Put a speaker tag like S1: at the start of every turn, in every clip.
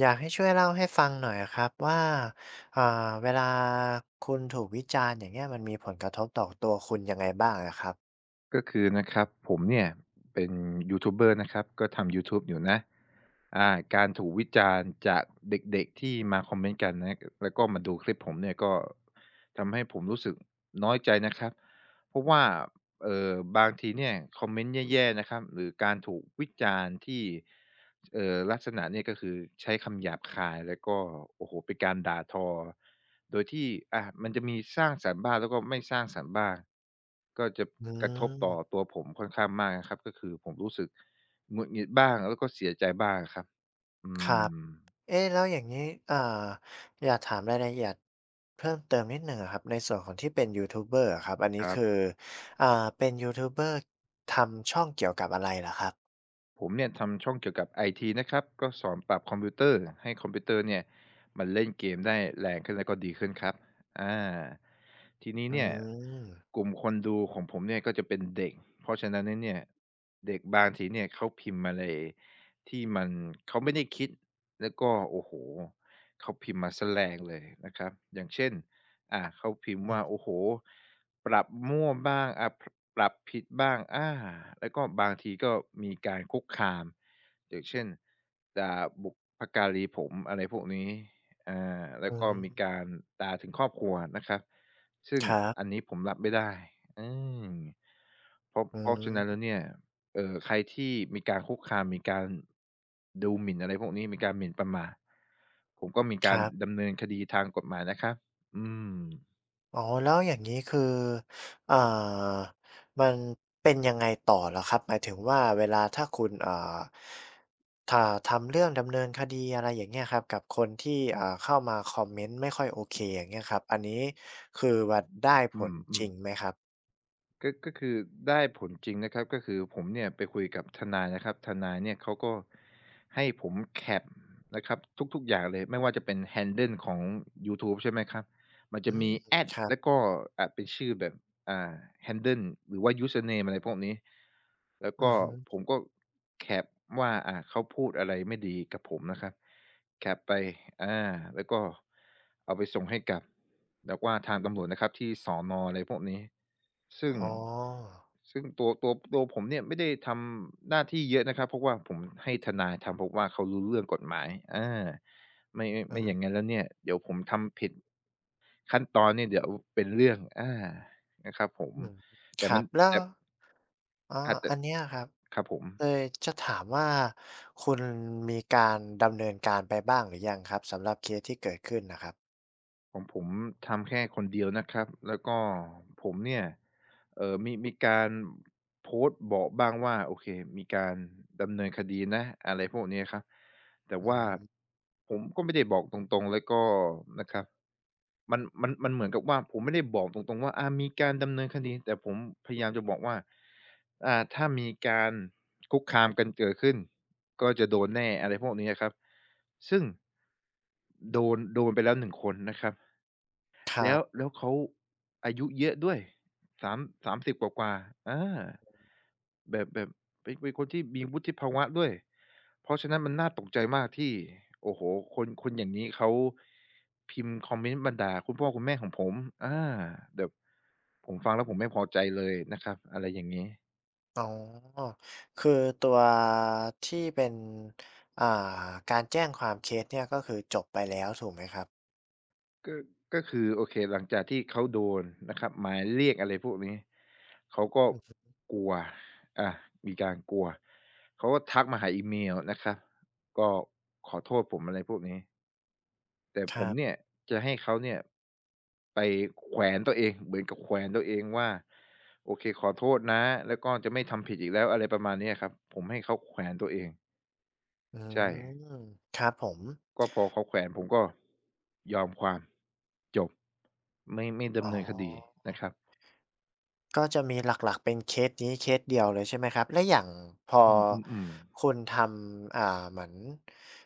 S1: อยากให้ช่วยเล่าให้ฟังหน่อยครับว่าเอ่อเวลาคุณถูกวิจารณ์อย่างเงี้ยมันมีผลกระทบต่อตัวคุณยังไงบ้างอะครับ
S2: ก็คือนะครับผมเนี่ยเป็นยูทูบเบอร์นะครับก็ทำยูทูบอยู่นะอ่าการถูกวิจารณ์จากเด็กๆที่มาคอมเมนต์กันนะแล้วก็มาดูคลิปผมเนี่ยก็ทำให้ผมรู้สึกน้อยใจนะครับเพราะว่าบางทีเนี่ยคอมเมนต์แย่ๆนะครับหรือการถูกวิจารณ์ที่ ลักษณะเนี่ยก็คือใช้คำหยาบคายแล้วก็โอ้โฮเป็นการด่าทอโดยที่มันจะมีสร้างสรรค์บ้างแล้วก็ไม่สร้างสรรค์บ้างก็จะ
S1: อื
S2: กระทบต่อ
S1: ม
S2: ตัวผมค่อนข้างมากนะครับก็คือผมรู้สึกหงุดหงิดบ้างแล้วก็เสียใจบ้างอะครับอื
S1: ครับ
S2: ม
S1: เอ๊ะ แล้วอย่างงี้เอ่อยากถามรายละเอียดเพิ่มเติมนิดหนึ่งอะครับในส่วนของที่เป็นยูทูบเบอร์อะครับอัน
S2: ค
S1: นี้
S2: รั
S1: คือ
S2: บ
S1: อ่าเป็นยูทูบเบอร์ทำช่องเกี่ยวกับอะไรเหรอครับ
S2: ผมเนี่ยทำช่องเกี่ยวกับไอทีนะครับก็สอนปรับคอมพิวเตอร์ให้คอมพิวเตอร์เนี่ยมันเล่นเกมได้แรงขึ้นแล้วก็ดีขึ้นครับอ่าทีนี้
S1: อื
S2: เนี่ย
S1: ม
S2: กลุ่มคนดูของผมเนี่ยก็จะเป็นเด็กเพราะฉะนั้นเนี่ยเด็กบางทีเนี่ยเขาพิมพ์มาเลยที่มันเขาไม่ได้คิดแล้วก็โอ้โหเขาพิมพ์มาแสแรงเลยนะครับอย่างเช่น เขาพิมพ์
S1: อื
S2: ว่า
S1: อ
S2: โอ้โหปรับมั่วบ้างอ่าพปรับผิดบ้างแล้วก็บางทีก็มีการคุกคามอย่างเช่นด่าบุพการีผมอะไรพวกนี้แล้
S1: อื
S2: วก็มี
S1: ม
S2: การด่าถึงครอบครัวนะครับซึ่ง
S1: ครับ
S2: อันนี้ผมรับไม่ได้อืมเพราะ
S1: อื
S2: ฉะนั้นแล้ว
S1: ม
S2: เนี่ยใครที่มีการคุกคามมีการดูหมิ่นอะไรพวกนี้มีการหมิ่นประมาทผมก็มี
S1: ค
S2: การ
S1: รับ
S2: ดำเนินคดีทางกฎหมายนะครับ อืม
S1: อ๋อแล้วอย่างนี้คือเอ่ามันเป็นยังไงต่อเหรอครับหมายถึงว่าเวลาถ้าคุณเอ่าถ้าทำเรื่องดำเนินคดีอะไรอย่างเงี้ยครับกับคนที่เข้ามาคอมเมนต์ไม่ค่อยโอเคอย่างเงี้ยครับอันนี้คือว่าได้ผ
S2: อื
S1: ล
S2: มอื
S1: จ
S2: ม
S1: ริงไหมครับ
S2: ก็คือได้ผลจริงนะครับ ก็คือผมเนี่ยไปคุยกับทนายนะครับทนายเนี่ยเขาก็ให้ผมแคปนะครับทุกๆอย่างเลยไม่ว่าจะเป็น handle ของยูทูบใช่ไหมครับ มัน
S1: อื
S2: จะ
S1: ม
S2: มี at
S1: ครับ
S2: แล้วก็เป็นชื่อแบบอ่า handle หรือว่ายู n เน e อะไรพวกนี้แล้ว
S1: อื
S2: ก็
S1: อฮึ
S2: ผมก็แคปว่าเขาพูดอะไรไม่ดีกับผมนะครับ แคปไปอาแล้วก็เอาไปส่งให้กับแบบว่าทางตำรวจนะครับที่สนอะไรพวกนี้ ซึ่ง
S1: อ๋อ
S2: ซึ่งตัวผมเนี่ยไม่ได้ทำหน้าที่เยอะนะครับเพราะว่าผมให้ทนายทำเพราะว่าเขารู้เรื่องกฎหมายอาไม่อย่างงั้
S1: เออ
S2: นแล้วเนี่ยเดี๋ยวผมทำผิดขั้นตอนเนี่ยเดี๋ยวเป็นเรื่องนะครับผม
S1: อืมค
S2: แต่มั
S1: รั
S2: น
S1: บแล้ว
S2: แต่
S1: อ๋อ
S2: อาจจะ
S1: อันเนี้ยครับ
S2: ครับผม
S1: เลยจะถามว่าคุณมีการดำเนินการไปบ้างหรือยังครับสำหรับเคสที่เกิดขึ้นนะครับ
S2: ของผมทำแค่คนเดียวนะครับแล้วก็ผมเนี่ยมีการโพสต์บอกบ้างว่าโอเคมีการดำเนินคดีนะอะไรพวกเนี้ยครับแต่
S1: อื
S2: ว่า
S1: ม
S2: ผมก็ไม่ได้บอกตรงๆแล้วก็นะครับมันเหมือนกับว่าผมไม่ได้บอกตรงๆว่ามีการดำเนินคดีแต่ผมพยายามจะบอกว่าถ้ามีการคุกคามกันเกิดขึ้นก็จะโดนแน่อะไรพวกนี้อะครับซึ่งโดนไปแล้วหนึ่งคนนะครับ
S1: ครั
S2: แล้ว
S1: บ
S2: แล้วเขาอายุเยอะด้วย30กว่าๆแบบเป็นคนที่มีวุฒิภาวะด้วยเพราะฉะนั้นมันน่าตกใจมากที่โอ้โฮคนคนอย่างนี้เขาพิมพ์คอมเมนต์มาด่าคุณพ่อคุณแม่ของผมอาแบบผมฟังแล้วผมไม่พอใจเลยนะครับอะไรอย่างงี้
S1: อ๋อคือตัวที่เป็นอ่าการแจ้งความเคสเนี่ยก็คือจบไปแล้วถูกไหมครับ
S2: ก็ก็คือโอเคหลังจากที่เขาโดนนะครับหมายเรียกอะไรพวกนี้เขาก็
S1: อือฮึ
S2: กลัวอามีการกลัวเขาก็ทักมาหาอีเมลนะครับก็ขอโทษผมอะไรพวกนี้แต่
S1: ค
S2: ผ
S1: รั
S2: มเนี่ย
S1: บ
S2: จะให้เขาเนี่ยไปแขวนตัวเองเหมือนกับแขวนตัวเองว่าโอเคขอโทษนะแล้วก็จะไม่ทำผิดอีกแล้วอะไรประมาณเนี้ยครับผมให้เขาแขวนตัวเอง
S1: อื
S2: ใช่
S1: มครับผม
S2: ก็พอเขาแขวนผมก็ยอมความจบไม่
S1: อ๋
S2: ดำ
S1: อ
S2: เนินคดีนะครับ
S1: ก็จะมีหลักๆเป็นเคสนี้เคสเดียวเลยใช่ไหมครับแล้วอย่างพอ
S2: อืมๆๆ
S1: คุณทำเหมือน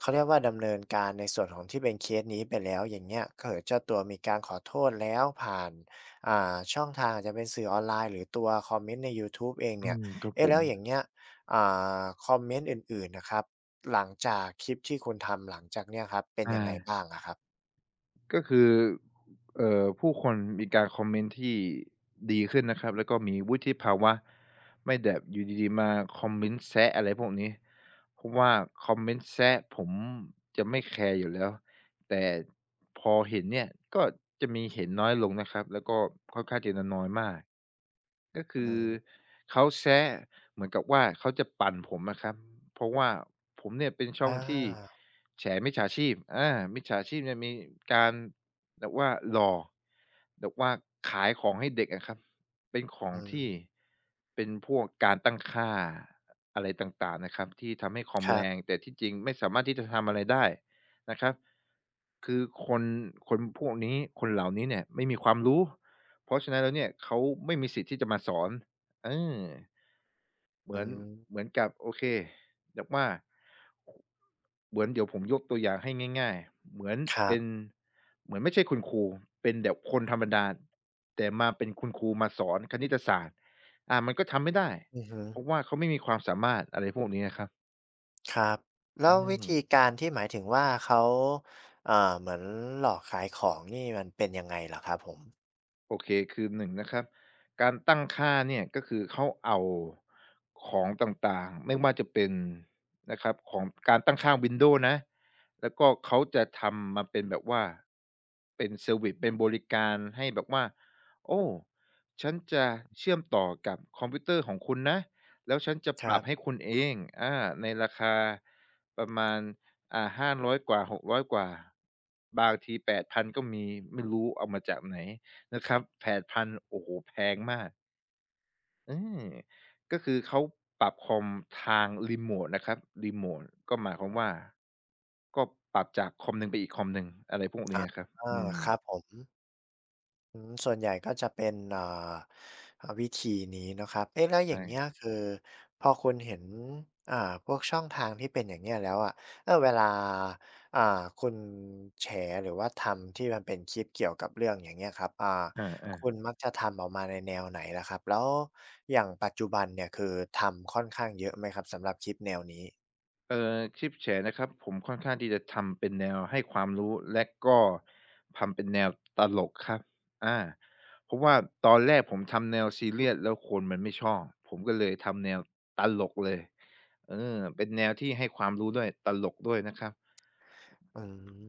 S1: เขาเรียกว่าดำเนินการในส่วนของที่เป็นเคสนี้ไปแล้วอย่างเงี้ยเกิดเจ้าตัวมีการขอโทษแล้วผ่านช่องทางอาจจะเป็นสื่อออนไลน์หรือตัวคอมเมนต์ในยูทูบเอง
S2: อื
S1: เนี่ย
S2: มครับผ
S1: เอ๊ะแล้
S2: ม
S1: วอย่างเงี้ยอ่คอมเมนต์อื่นๆน่ะครับหลังจากคลิปที่คุณทำหลังจากเนี้ยครับเป็น
S2: อา
S1: ยังไงบ้างอะครับ
S2: ก็คือผู้คนมีการคอมเมนต์ที่ดีขึ้นนะครับแล้วก็มีวุฒิภาวะไม่แบบอยู่ดีๆมาคอมเมนต์แซะอะไรพวกนี้เพราะว่าคอมเมนต์แซะผมจะไม่แคร์อยู่แล้วแต่พอเห็นเนี่ยก็จะมีเห็นน้อยลงนะครับแล้วก็ค่อนข้างจะน้อยมากก็
S1: อื
S2: คือ
S1: ม
S2: เขาแซะเหมือนกับว่าเขาจะปั่นผมอะครับเพราะว่าผมเนี่ยเป็นช่อง
S1: อา
S2: ที่ แฉมิจฉาชีพอามิจฉาชีพเนี่ยมีการแบบว่าหลอกแบบว่าขายของให้เด็กอะครับเป็นของ
S1: อื
S2: ที่
S1: ม
S2: เป็นพวกการตั้งค่าอะไรต่างๆนะครับที่ทำให้คอม
S1: ครั
S2: แร
S1: บ
S2: งแต่ที่จริงไม่สามารถที่จะทำอะไรได้นะครับคือคนเหล่านี้เนี่ยไม่มีความรู้เพราะฉะนั้นแล้วเนี่ยเขาไม่มีสิทธิ์ที่จะมาสอนเออ เห
S1: อื
S2: มือนเห
S1: ม
S2: มือนกับโอเคแบบวว่าเหมือนเดี๋ยวผมยกตัวอย่างให้ง่ายๆเหมือน
S1: ครั
S2: เป็
S1: บ
S2: นเหมือนไม่ใช่คุณครูเป็นแบบคนธรรมดาแต่มาเป็นคุณครูมาสอนคณิตศาสตร์อ่ามันก็ทำไม่ได้
S1: อือฮึ
S2: เพราะว่าเขาไม่มีความสามารถอะไรพวกนี้อะครับ
S1: ครับ
S2: อื
S1: แล้ววิธี
S2: ม
S1: การที่หมายถึงว่าเขาเอ่อเหมือนหลอกขายของนี่มันเป็นยังไงเหรอครับผม
S2: โอเคคือหนึ่งนะครับการตั้งค่าเนี่ยก็คือเขาเอาของต่างๆไม่ว่าจะเป็นนะครับของการตั้งค่า Windows นะแล้วก็เขาจะทำมาเป็นแบบว่าเป็นเซอร์วิซเป็นบริการให้แบบว่าโอ้ฉันจะเชื่อมต่อกับคอมพิวเตอร์ของคุณนะแล้วฉันจะ
S1: ค
S2: ป
S1: รั
S2: รับให้
S1: บ
S2: คุณเองอาในราคาประมาณห้าร้อยกว่าหกร้อยกว่าบางทีแปดพันก็มีไม่รู้เอามาจากไหน นะครับแปดพันโอ้โฮแพงมากเออก็คือเขาปรับคอมทางรีโมตนะครับรีโมตก็หมายความว่าก็ปรับจากคอมหนึ่งไปอีกคอมหนึ่ง อะไรพวกเนี้
S1: อา
S2: ยครับ
S1: เอ
S2: อื
S1: อ
S2: ม
S1: ครับผม อืมส่วนใหญ่ก็จะเป็นวิธีนี้เนาะครับเอ๊ะแล้วอ
S2: ใช่
S1: ย่างเงี้ยคือพอคุณเห็นอ่าพวกช่องทางที่เป็นอย่างเงี้ยแล้วอะเออเวลาอ่าคุณแฉหรือว่าทำที่มันเป็นคลิปเกี่ยวกับเรื่องอย่างเงี้ยครับ
S2: อาๆ
S1: คุณมักจะทำออกมาในแนวไหนล่ะครับแล้วอย่างปัจจุบันเนี่ยคือทำค่อนข้างเยอะไหมครับสำหรับคลิปแนวนี้
S2: คลิปแฉนะครับผมค่อนข้างที่จะทำเป็นแนวให้ความรู้และก็ทำเป็นแนวตลกครับอาเพราะว่าตอนแรกผมทำแนวซีเรียสแล้วคนมันไม่ชอบผมก็เลยทำแนวตลกเลยเออเป็นแนวที่ให้ความรู้ด้วยตลกด้วยนะครับ
S1: อื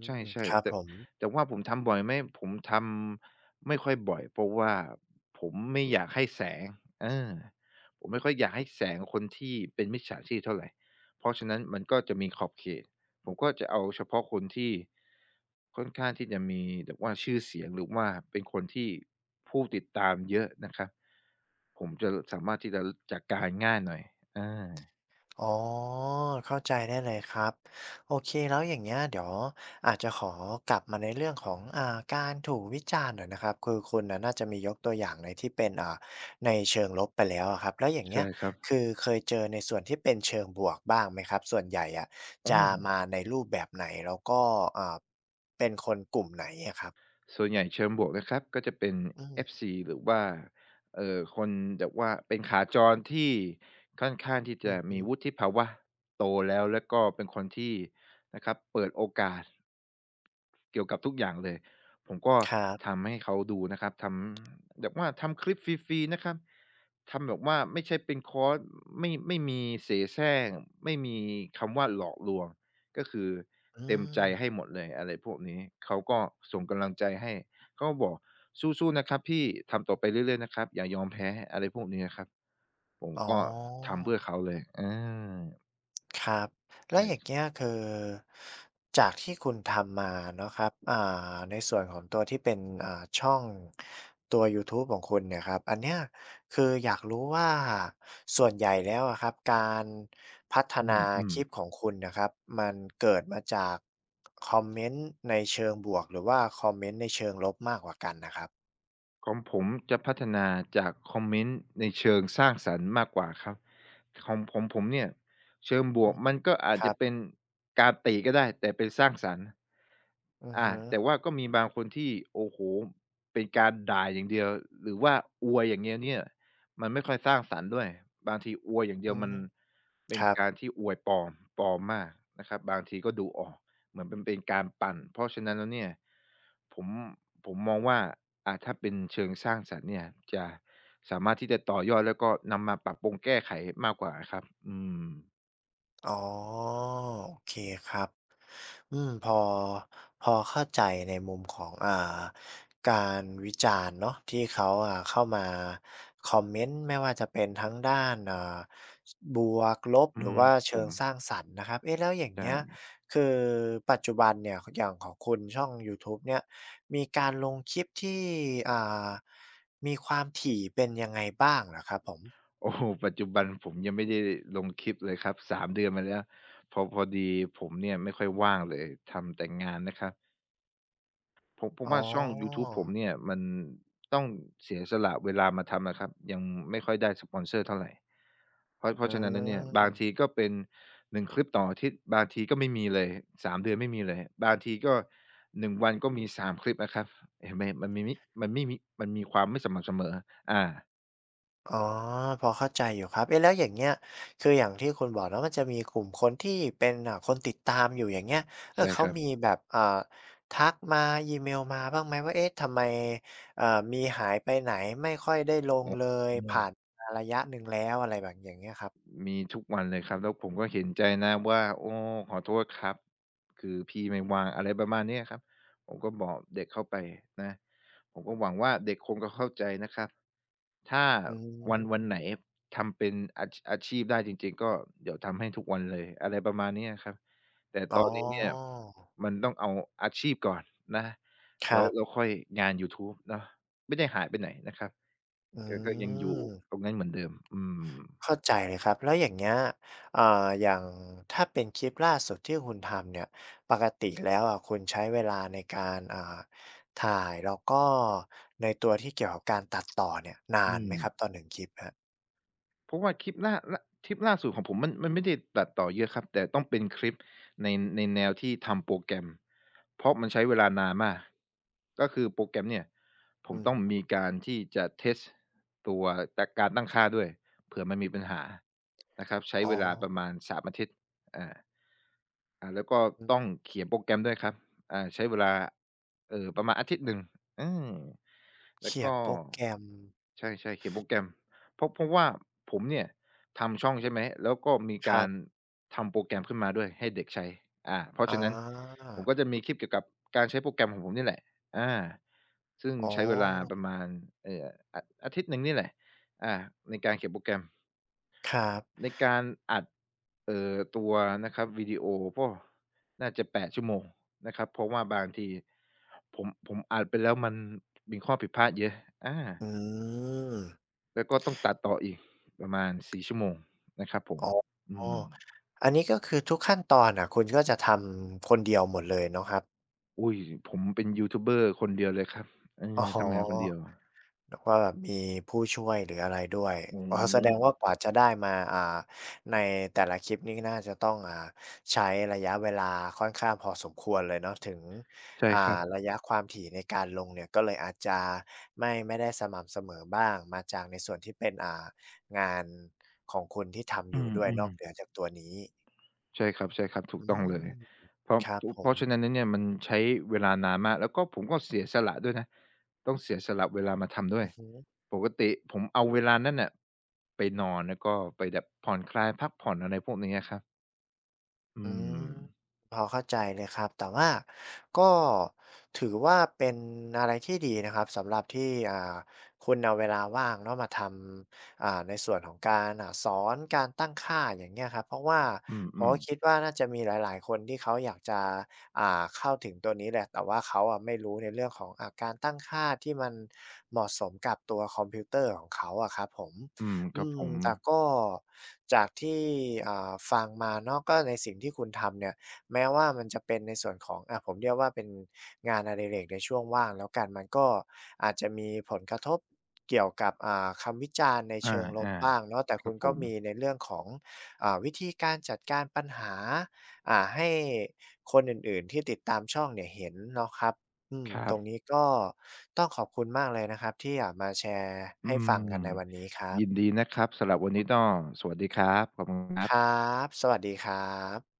S2: ใช
S1: ม
S2: ่
S1: ครั
S2: ๆ
S1: บ
S2: แต่
S1: ผม
S2: แต่ว่าผมทำบ่อยไหมผมทำไม่ค่อยบ่อยเพราะว่าผมไม่อยากให้แสงเออผมไม่ค่อยอยากให้แสงคนที่เป็นมิจฉาชีพเท่าไรเพราะฉะนั้นมันก็จะมีขอบเขตผมก็จะเอาเฉพาะคนที่ค่อนข้างที่จะมีแบบว่าชื่อเสียงหรือว่าเป็นคนที่ผู้ติดตามเยอะนะครับผมจะสามารถที่จะจัดการง่ายหน่อยอา
S1: อ๋อเข้าใจได้เลยครับโอเคแล้วอย่างเงี้ยเดี๋ยวอาจจะขอกลับมาในเรื่องของการถูกวิจารณ์หน่อยนะครับคือคุณน่ะน่าจะมียกตัวอย่างในที่เป็นในเชิงลบไปแล้วอะครับแล้วอย่างเงี้
S2: ใช่
S1: ย
S2: ครับ
S1: คือเคยเจอในส่วนที่เป็นเชิงบวกบ้างไหมครับส่วนใหญ่อะ
S2: อ้
S1: จะมา
S2: อ
S1: ในรูปแบบไหนแล้วก็อ่าเป็นคนกลุ่มไหนอะครับ
S2: ส่วนใหญ่เชิงบวกนะครับก็จะเป็น
S1: อืม
S2: FC หรือว่าคนแบบว่าเป็นขาจรที่ค่อนข้างที่
S1: อื
S2: จะ
S1: อฮึ
S2: มีวุฒิภาวะโตแล้วก็เป็นคนที่นะครับเปิดโอกาสเกี่ยวกับทุกอย่างเลยผมก็
S1: ครับ
S2: ทำให้เขาดูนะครับทำแบบว่าทำคลิปฟรีๆนะครับทำแบบว่าไม่ใช่เป็นคอร์สไม่มีเสแสร้งไม่มีคำว่าหลอกลวง ก็คือ
S1: อื
S2: เต็มใจ
S1: ม
S2: ให้หมดเลยอะไรพวกนี้เขาก็ส่งกำลังใจให้เขาก็บอกสู้ๆนะครับพี่ทำต่อไปเรื่อยๆนะครับอย่ายอมแพ้อะไรพวกนี้อะครับผม
S1: อ๋อ
S2: ก็ทำเพื่อเขาเลยอา
S1: ครับ
S2: ใช
S1: แล้วอย่าง
S2: ่
S1: เงี้ยคือจากที่คุณทำมาเนาะครับในส่วนของตัวที่เป็นช่องตัวยูทูบของคุณเนี่ยครับอันเนี้ยคืออยากรู้ว่าส่วนใหญ่แล้วอะครับการพัฒนา
S2: อื
S1: ค
S2: ม
S1: ลิปข
S2: ๆ
S1: องคุณนะครับมันเกิดมาจากคอมเมนต์ในเชิงบวกหรือว่าคอมเมนต์ในเชิงลบมากกว่ากันนะครับ
S2: ของผมจะพัฒนาจากคอมเมนต์ในเชิงสร้างสรรค์มากกว่าครับของผมเนี่ยเชิงบว
S1: อื
S2: ก
S1: ม
S2: มันก็อา
S1: ค
S2: จ
S1: รั
S2: จะ
S1: บ
S2: เป็นการติก็ได้แต่เป็นสร้างสรรค์
S1: อือ
S2: อา
S1: ฮึ
S2: แต่ว่าก็มีบางคนที่โอ้โฮเป็นการด่าอย่างเดียวหรือว่าอวยอย่างเงี้ยเนี่ยมันไม่ค่อยสร้างสรรค์ด้วยบางทีอวยอย่างเดี
S1: อื
S2: ยวมัน
S1: ม
S2: เป็
S1: ค
S2: น
S1: รับ
S2: การที่อวยปลอมปลอมมากนะครับบางทีก็ดูออกเหมือนมันเป็นการปั่นเพราะฉะนั้นแล้วเนี่ยผมผมมองว่าอ่าถ้าเป็นเชิงสร้างสรรค์เนี่ยจะสามารถที่จะต่อยอดแล้วก็นำมาปรับปรุงแก้ไขมากกว่าอะครับอืม
S1: อ๋อโอเคครับ อืมพอพอเข้าใจในมุมของการวิจารณ์เนาะที่เขาเข้ามาคอมเมนต์ไม่ว่าจะเป็นทั้งด้านบวกลบห
S2: อื
S1: รือ
S2: ม
S1: ว่า
S2: ผ
S1: เชิง
S2: ม
S1: สร้างสรรค์นะครับเอ๊ะแล้วอย่าง
S2: ใช่
S1: เงี้ยคือปัจจุบันเนี่ยอย่างของคุณช่องยูทูบเนี่ยมีการลงคลิปที่อ่ามีความถี่เป็นยังไงบ้างเหรอครับผม
S2: โอ้โฮปัจจุบันผมยังไม่ได้ลงคลิปเลยครับสามเดือนมาแล้วพอดีผมเนี่ยไม่ค่อยว่างเลยทำแต่งานนะครับผม
S1: อ๋อ
S2: ว่าช่องยูทูบผมเนี่ยมันต้องเสียสละเวลามาทำอะครับยังไม่ค่อยได้สปอนเซอร์เท่าไรเพราะเพ
S1: อื
S2: ราะฉะนั้นแล้วเนี่ยบางที
S1: ม
S2: ก็เป็น1คลิปต่ออาทิตย์บางทีก็ไม่มีเลย3เดือนไม่มีเลยบางทีก็1วันก็มี3คลิปนะครับเห็นไหมมันไม่มีมันมีความไม่สม่ำเสมออา
S1: อ๋อพอเข้าใจอยู่ครับเอ๊ะแล้วอย่างเงี้ยคืออย่างที่คุณบอกเนาะมันจะมีกลุ่มคนที่เป็นคนติดตามอยู่อย่างเงี้ยเออ
S2: ใช่
S1: เขา
S2: ครับ
S1: มีแบบทักมาอีเมลมาบ้างไหมว่าเอ๊ะทำไมเอ่อมีหายไปไหนไม่ค่อยได้ลง
S2: อือ
S1: เลย
S2: อื
S1: ผ่าน
S2: ม
S1: มาระยะหนึ่งแล้วอะไรแบบอย่างเงี้ยครับ
S2: มีทุกวันเลยครับแล้วผมก็เห็นใจนะว่าโอ้ขอโทษครับคือพี่ไม่ว่างอะไรประมาณเนี้ยครับผมก็บอกเด็กเข้าไปนะผมก็หวังว่าเด็กคงจะเข้าใจนะครับถ้า
S1: อื
S2: วันไหน
S1: ม
S2: ทำเป็นอาชีพได้จริงๆก็เดี๋ยวทำให้ทุกวันเลยอะไรประมาณเนี้ยครับแต่
S1: อ๋
S2: ตอ
S1: อ
S2: นนี้เนี่ยมันต้องเอาอาชีพก่อนนะ
S1: ค
S2: แล้
S1: รั
S2: ว
S1: บ
S2: แล้วค่อยงานยูทูบเนาะไม่ได้หายไปไหนนะครับ
S1: อื
S2: ก็ยังอยู่
S1: ม
S2: ตรงนั้นเหมือนเดิมอืม
S1: เข้าใจเลยครับแล้วอย่างเงี้ยอ่าอย่างถ้าเป็นคลิปล่าสุดที่คุณทำเนี่ยปกติแล้วอะคุณใช้เวลาในการถ่ายแล้วก็ในตัวที่เกี่ยวกับการตัดต่อเนี่ยนา
S2: อื
S1: นไหม
S2: ม
S1: ครับต่อ1คลิปคะ
S2: เพราะว่าคลิปล่าสุดของผมมันไม่ได้ตัดต่อเยอะครับแต่ต้องเป็นคลิปในในแนวที่ทำโปรแกรมเพราะมันใช้เวลานานมากก็คือโปรแกรมเนี่ยผม
S1: อืม
S2: ต้องมีการที่จะเทสตตัวตการตั้งค่าด้วยเผื่อมันมีปัญหานะครับใช้
S1: อ๋อ
S2: เวลาประมาณ3อาทิตย์อ่าอ่าแล้วก็
S1: อื
S2: ต้อง
S1: ม
S2: เขียนโปรแกรมด้วยครับอ่าใช้เวลาเอ่อประมาณอาทิตย์หนึ่งอืมแล้ว
S1: เขียน
S2: ก็
S1: โปรแกรม
S2: ใช่ๆเขียนโปรแกรม เพราะว่าผมเนี่ยทำช่องใช่ไหมแล้วก็มี
S1: ครั
S2: การ
S1: บ
S2: ทำโปรแกรมขึ้นมาด้วยให้เด็กใช้อ่าเพราะ
S1: อ
S2: ฉะนั้น
S1: า
S2: ผมก็จะมีคลิปเกี่ยวกับการใช้โปรแกรมของผมนี่แหละอาซึ่ง
S1: อ๋อ
S2: ใช้เวลาประมาณเอ่ออาทิตย์หนึ่งนี่แหละอาในการเขียนโปรแกรม
S1: ครับ
S2: ในการอัดตัวนะครับวิดีโอก็น่าจะแปดชั่วโมงนะครับเพราะว่าบางทีผมอัดไปแล้วมันมีข้อผิดพลาดเยอะอา
S1: อืม
S2: แล้วก็ต้องตัดต่ออีกประมาณสี่ชั่วโมงนะครับผม
S1: อ๋อ
S2: อืม
S1: อันนี้ก็คือทุกขั้นตอนอ่ะคุณก็จะทำคนเดียวหมดเลยเนาะครับ
S2: อุ๊ยผมเป็นยูทูบเบอร์คนเดียวเลยครับเอ
S1: อ๋
S2: อทำงานคน
S1: อ
S2: เดียว
S1: แล้วก็แบบมีผู้ช่วยหรืออะไรด้วย
S2: อื
S1: อ๋อแสดงว่า
S2: ม
S1: กว่าจะได้มาในแต่ละคลิปนี่น่าจะต้องใช้ระยะเวลาค่อนข้างพอสมควรเลยเนาะถึง
S2: ใช่ครับ
S1: รระยะความถี่ในการลงเนี่ยก็เลยอาจจะไม่ได้สม่ำเสมอบ้างมาจากในส่วนที่เป็นงานของคุณที่ทำอ
S2: อื
S1: ยู่ด้วยนอกเหนือ
S2: ม
S1: จากตัวนี้
S2: ๆใช่ครับๆถูก
S1: อื
S2: ต้องเลย
S1: มครับผ
S2: เพ
S1: ม
S2: ราะฉะนั้นแล้วเนี่ยมันใช้เวลานานมากแล้วก็ผมก็เสียสละด้วยนะต้องเสียสละเวลามาทำด้ว
S1: อื
S2: ย
S1: อฮึ
S2: ปกติผมเอาเวลานั้นน่ะไปนอนแล้วก็ไปแบบผ่อนคลายพักผ่อนอะไรพวกนี้อะครับอื
S1: อืม
S2: ม
S1: พอเข้าใจเลยครับแต่ว่าก็ถือว่าเป็นอะไรที่ดีนะครับสำหรับที่อ่าคุณเอาเวลาว่างเนาะมาทำในส่วนของการสอนการตั้งค่าอย่างเงี้ยครับเพราะว่า
S2: อื
S1: ผม
S2: ม
S1: ก็คิด
S2: ๆ
S1: ว่าน่าจะมีหลายๆคนที่เขาอยากจะอ่าเข้าถึงตัวนี้แหละแต่ว่าเขาอะไม่รู้ในเรื่องของการตั้งค่าที่มันเหมาะสมกับตัวคอมพิวเตอร์ของเขาอะครับผม
S2: อืมค
S1: อื
S2: รับ
S1: ม
S2: ผม
S1: แต่ก็จากที่ฟังมาเนาะก็ในสิ่งที่คุณทำเนี่ยแม้ว่ามันจะเป็นในส่วนของผมเรียกว่าเป็นงานอดิเรกในช่วงว่างแล้วกันมันก็อาจจะมีผลกระทบเกี่ยวกับคำวิจารณ์ใน
S2: อา
S1: เชิงลบ
S2: อา
S1: บ้างเนาะแต่
S2: ค
S1: คุ
S2: รับ
S1: ณ
S2: ผ
S1: ก็
S2: ม
S1: มีในเรื่องของวิธีการจัดการปัญหาให้คนอื่นๆที่ติดตามช่องเนี่ยเห็นเนาะครับอืม
S2: ครั
S1: ต
S2: บ
S1: รงนี้ก็ต้องขอบคุณมากเลยนะครับที่มาแชร์
S2: อื
S1: ให้ฟังกั
S2: ม
S1: นในวันนี้ครั
S2: ยิน
S1: บ
S2: ดีนะครับสำหรับวันนี้ก็สวัสดีครับขอบคุณค
S1: ค
S2: รั
S1: ร
S2: บ
S1: ับ สวัสดีครับ